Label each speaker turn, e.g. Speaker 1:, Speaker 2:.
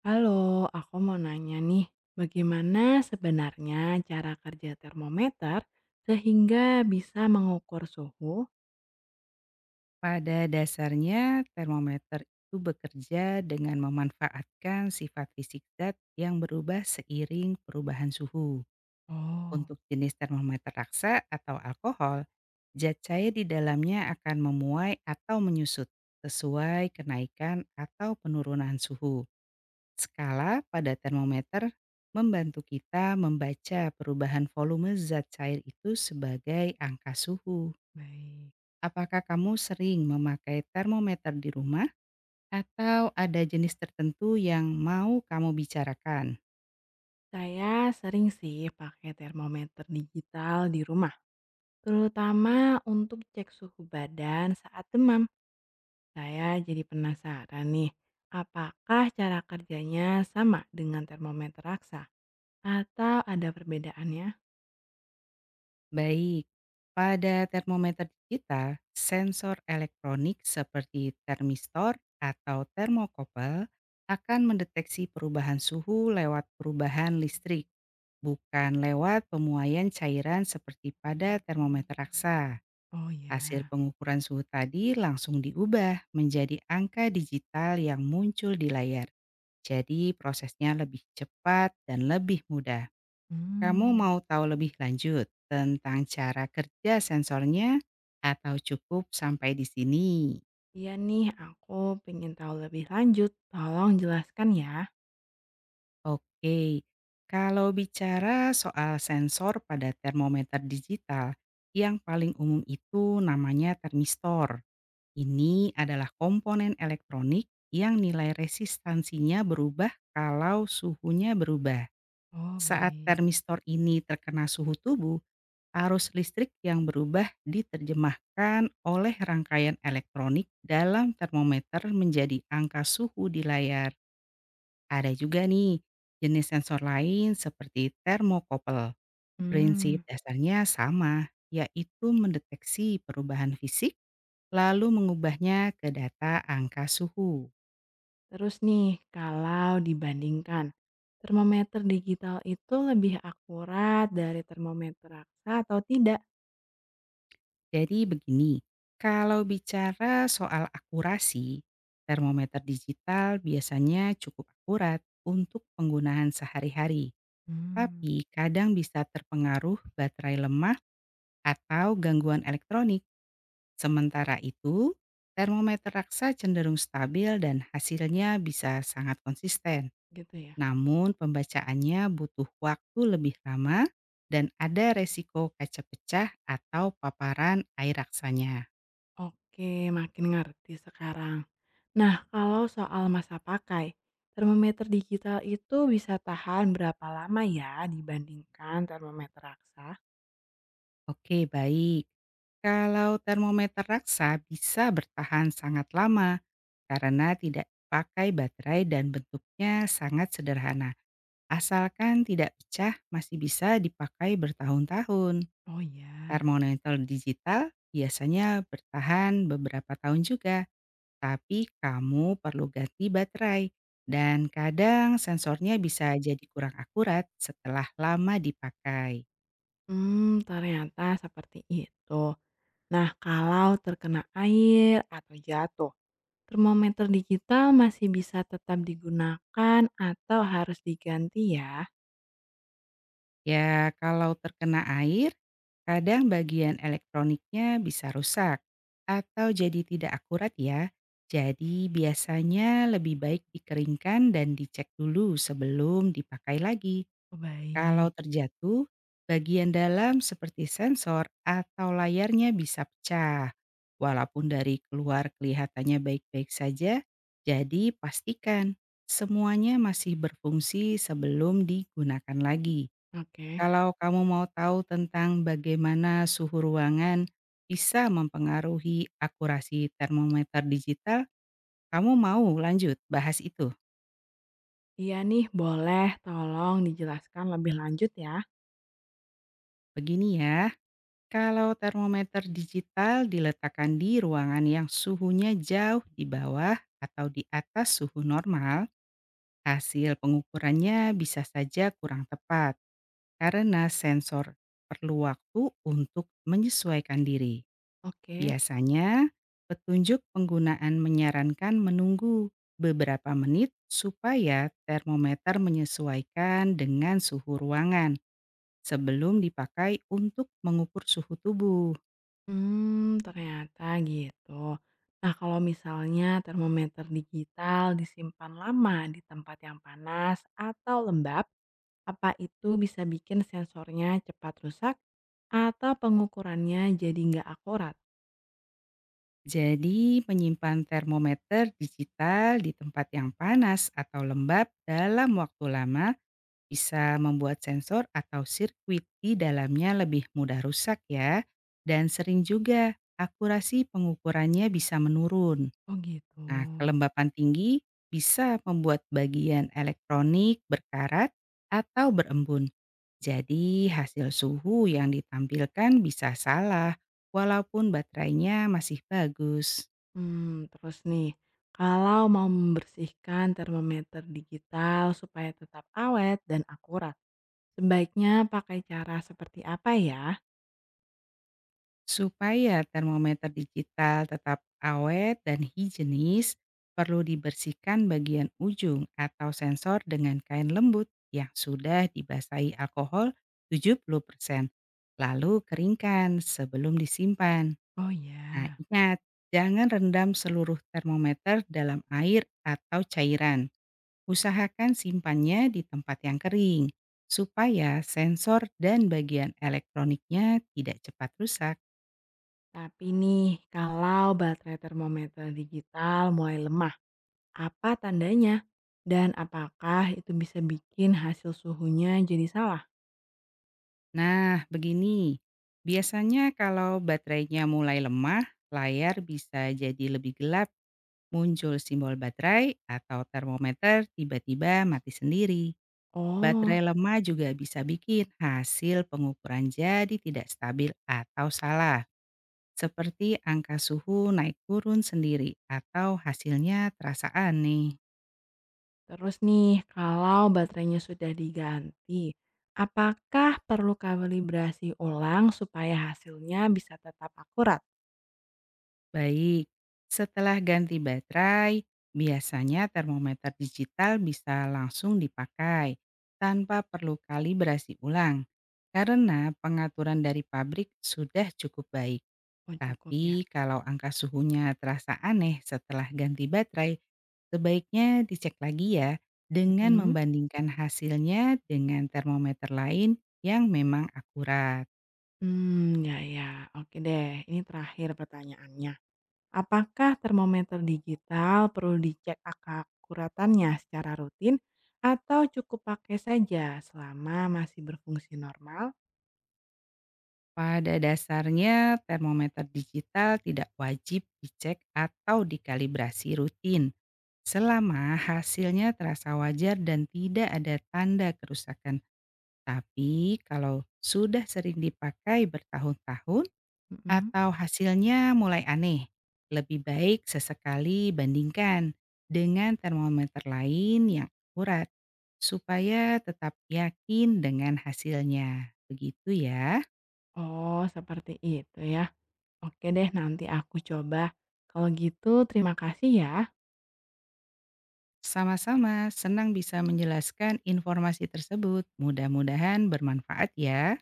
Speaker 1: Halo, aku mau nanya nih, bagaimana sebenarnya cara kerja termometer sehingga bisa mengukur suhu?
Speaker 2: Pada dasarnya, termometer itu bekerja dengan memanfaatkan sifat fisik zat yang berubah seiring perubahan suhu.
Speaker 1: Oh,
Speaker 2: Untuk jenis termometer raksa atau alkohol, zat cair di dalamnya akan memuai atau menyusut sesuai kenaikan atau penurunan suhu. Skala pada termometer membantu kita membaca perubahan volume zat cair itu sebagai angka suhu.
Speaker 1: baik.
Speaker 2: Apakah kamu sering memakai termometer di rumah atau ada jenis tertentu yang mau kamu bicarakan?
Speaker 1: Saya sering sih pakai termometer digital di rumah, terutama untuk cek suhu badan saat demam. Saya jadi penasaran nih, apakah cara kerjanya sama dengan termometer raksa atau ada perbedaannya?
Speaker 2: Baik, pada termometer digital, sensor elektronik seperti termistor atau termokopel akan mendeteksi perubahan suhu lewat perubahan listrik, bukan lewat pemuaian cairan seperti pada termometer raksa.
Speaker 1: Oh
Speaker 2: Hasil
Speaker 1: ya.
Speaker 2: pengukuran suhu tadi langsung diubah menjadi angka digital yang muncul di layar. Jadi prosesnya lebih cepat dan lebih mudah. Kamu
Speaker 1: Hmm.
Speaker 2: mau tahu lebih lanjut tentang cara kerja sensornya atau cukup sampai di sini?
Speaker 1: Iya nih, aku pengen tahu lebih lanjut. Tolong jelaskan ya.
Speaker 2: Oke, kalau bicara soal sensor pada termometer digital, yang paling umum itu namanya termistor. Ini adalah komponen elektronik yang nilai resistansinya berubah kalau suhunya berubah.
Speaker 1: Oh,
Speaker 2: Saat
Speaker 1: baik.
Speaker 2: termistor ini terkena suhu tubuh, arus listrik yang berubah diterjemahkan oleh rangkaian elektronik dalam termometer menjadi angka suhu di layar. Ada juga nih jenis sensor lain seperti termokopel. Prinsip
Speaker 1: Hmm.
Speaker 2: dasarnya sama, yaitu mendeteksi perubahan fisik lalu mengubahnya ke data angka suhu.
Speaker 1: Terus nih, kalau dibandingkan, termometer digital itu lebih akurat dari termometer raksa atau tidak?
Speaker 2: Jadi begini, kalau bicara soal akurasi, termometer digital biasanya cukup akurat untuk penggunaan sehari-hari,
Speaker 1: Hmm.
Speaker 2: tapi kadang bisa terpengaruh baterai lemah atau gangguan elektronik. Sementara itu, termometer raksa cenderung stabil dan hasilnya bisa sangat konsisten.
Speaker 1: Gitu ya.
Speaker 2: Namun pembacaannya butuh waktu lebih lama dan ada resiko kaca pecah atau paparan air raksanya.
Speaker 1: Oke, makin ngerti sekarang. Nah, kalau soal masa pakai, termometer digital itu bisa tahan berapa lama ya dibandingkan termometer raksa?
Speaker 2: Oke baik, kalau termometer raksa bisa bertahan sangat lama karena tidak pakai baterai dan bentuknya sangat sederhana. Asalkan tidak pecah masih bisa dipakai bertahun-tahun.
Speaker 1: Oh ya.
Speaker 2: Termometer digital biasanya bertahan beberapa tahun juga. Tapi kamu perlu ganti baterai dan kadang sensornya bisa jadi kurang akurat setelah lama dipakai.
Speaker 1: Hmm, ternyata seperti itu. Nah, kalau terkena air atau jatuh, termometer digital masih bisa tetap digunakan atau harus diganti ya?
Speaker 2: Ya, kalau terkena air, kadang bagian elektroniknya bisa rusak atau jadi tidak akurat ya. Jadi biasanya lebih baik dikeringkan dan dicek dulu sebelum dipakai lagi.
Speaker 1: Oh,
Speaker 2: Kalau
Speaker 1: baik.
Speaker 2: terjatuh, bagian dalam seperti sensor atau layarnya bisa pecah. Walaupun dari keluar kelihatannya baik-baik saja, jadi pastikan semuanya masih berfungsi sebelum digunakan lagi.
Speaker 1: Oke.
Speaker 2: Kalau kamu mau tahu tentang bagaimana suhu ruangan bisa mempengaruhi akurasi termometer digital, kamu mau lanjut bahas itu?
Speaker 1: Iya nih, boleh tolong dijelaskan lebih lanjut ya?
Speaker 2: Begini ya. Kalau termometer digital diletakkan di ruangan yang suhunya jauh di bawah atau di atas suhu normal, hasil pengukurannya bisa saja kurang tepat karena sensor perlu waktu untuk menyesuaikan diri.
Speaker 1: Oke.
Speaker 2: Biasanya, petunjuk penggunaan menyarankan menunggu beberapa menit supaya termometer menyesuaikan dengan suhu ruangan sebelum dipakai untuk mengukur suhu tubuh.
Speaker 1: Hmm, ternyata gitu. Nah, kalau misalnya termometer digital disimpan lama di tempat yang panas atau lembab, apa itu bisa bikin sensornya cepat rusak atau pengukurannya jadi nggak akurat?
Speaker 2: Jadi, menyimpan termometer digital di tempat yang panas atau lembab dalam waktu lama bisa membuat sensor atau sirkuit di dalamnya lebih mudah rusak ya. Dan sering juga akurasi pengukurannya bisa menurun.
Speaker 1: Oh gitu.
Speaker 2: Nah, kelembapan tinggi bisa membuat bagian elektronik berkarat atau berembun. Jadi, hasil suhu yang ditampilkan bisa salah walaupun baterainya masih bagus.
Speaker 1: Hmm, terus nih, kalau mau membersihkan termometer digital supaya tetap awet dan akurat, sebaiknya pakai cara seperti apa ya?
Speaker 2: Supaya termometer digital tetap awet dan higienis, perlu dibersihkan bagian ujung atau sensor dengan kain lembut yang sudah dibasahi alkohol 70%. Lalu keringkan sebelum disimpan.
Speaker 1: Oh
Speaker 2: Nah
Speaker 1: ya.
Speaker 2: ingat, jangan rendam seluruh termometer dalam air atau cairan. Usahakan simpannya di tempat yang kering, supaya sensor dan bagian elektroniknya tidak cepat rusak.
Speaker 1: Tapi nih, kalau baterai termometer digital mulai lemah, apa tandanya? Dan apakah itu bisa bikin hasil suhunya jadi salah?
Speaker 2: Nah, begini. Biasanya kalau baterainya mulai lemah, layar bisa jadi lebih gelap, muncul simbol baterai atau termometer tiba-tiba mati sendiri.
Speaker 1: Oh.
Speaker 2: Baterai lemah juga bisa bikin hasil pengukuran jadi tidak stabil atau salah, seperti angka suhu naik turun sendiri atau hasilnya terasa aneh.
Speaker 1: Terus nih, kalau baterainya sudah diganti, apakah perlu kalibrasi ulang supaya hasilnya bisa tetap akurat?
Speaker 2: Baik, setelah ganti baterai, biasanya termometer digital bisa langsung dipakai tanpa perlu kalibrasi ulang karena pengaturan dari pabrik sudah cukup baik.
Speaker 1: Oh cukup ya?
Speaker 2: Tapi kalau angka suhunya terasa aneh setelah ganti baterai, sebaiknya dicek lagi ya dengan
Speaker 1: Mhm.
Speaker 2: membandingkan hasilnya dengan termometer lain yang memang akurat.
Speaker 1: Ya ya, oke deh. Ini terakhir pertanyaannya. Apakah termometer digital perlu dicek akuratannya secara rutin atau cukup pakai saja selama masih berfungsi normal?
Speaker 2: Pada dasarnya, termometer digital tidak wajib dicek atau dikalibrasi rutin selama hasilnya terasa wajar dan tidak ada tanda kerusakan. Tapi kalau sudah sering dipakai bertahun-tahun
Speaker 1: Mhm.
Speaker 2: atau hasilnya mulai aneh, lebih baik sesekali bandingkan dengan termometer lain yang akurat supaya tetap yakin dengan hasilnya. Begitu ya.
Speaker 1: Oh, seperti itu ya. Oke deh, nanti aku coba. Kalau gitu, terima kasih ya.
Speaker 2: Sama-sama, senang bisa menjelaskan informasi tersebut. Mudah-mudahan bermanfaat ya.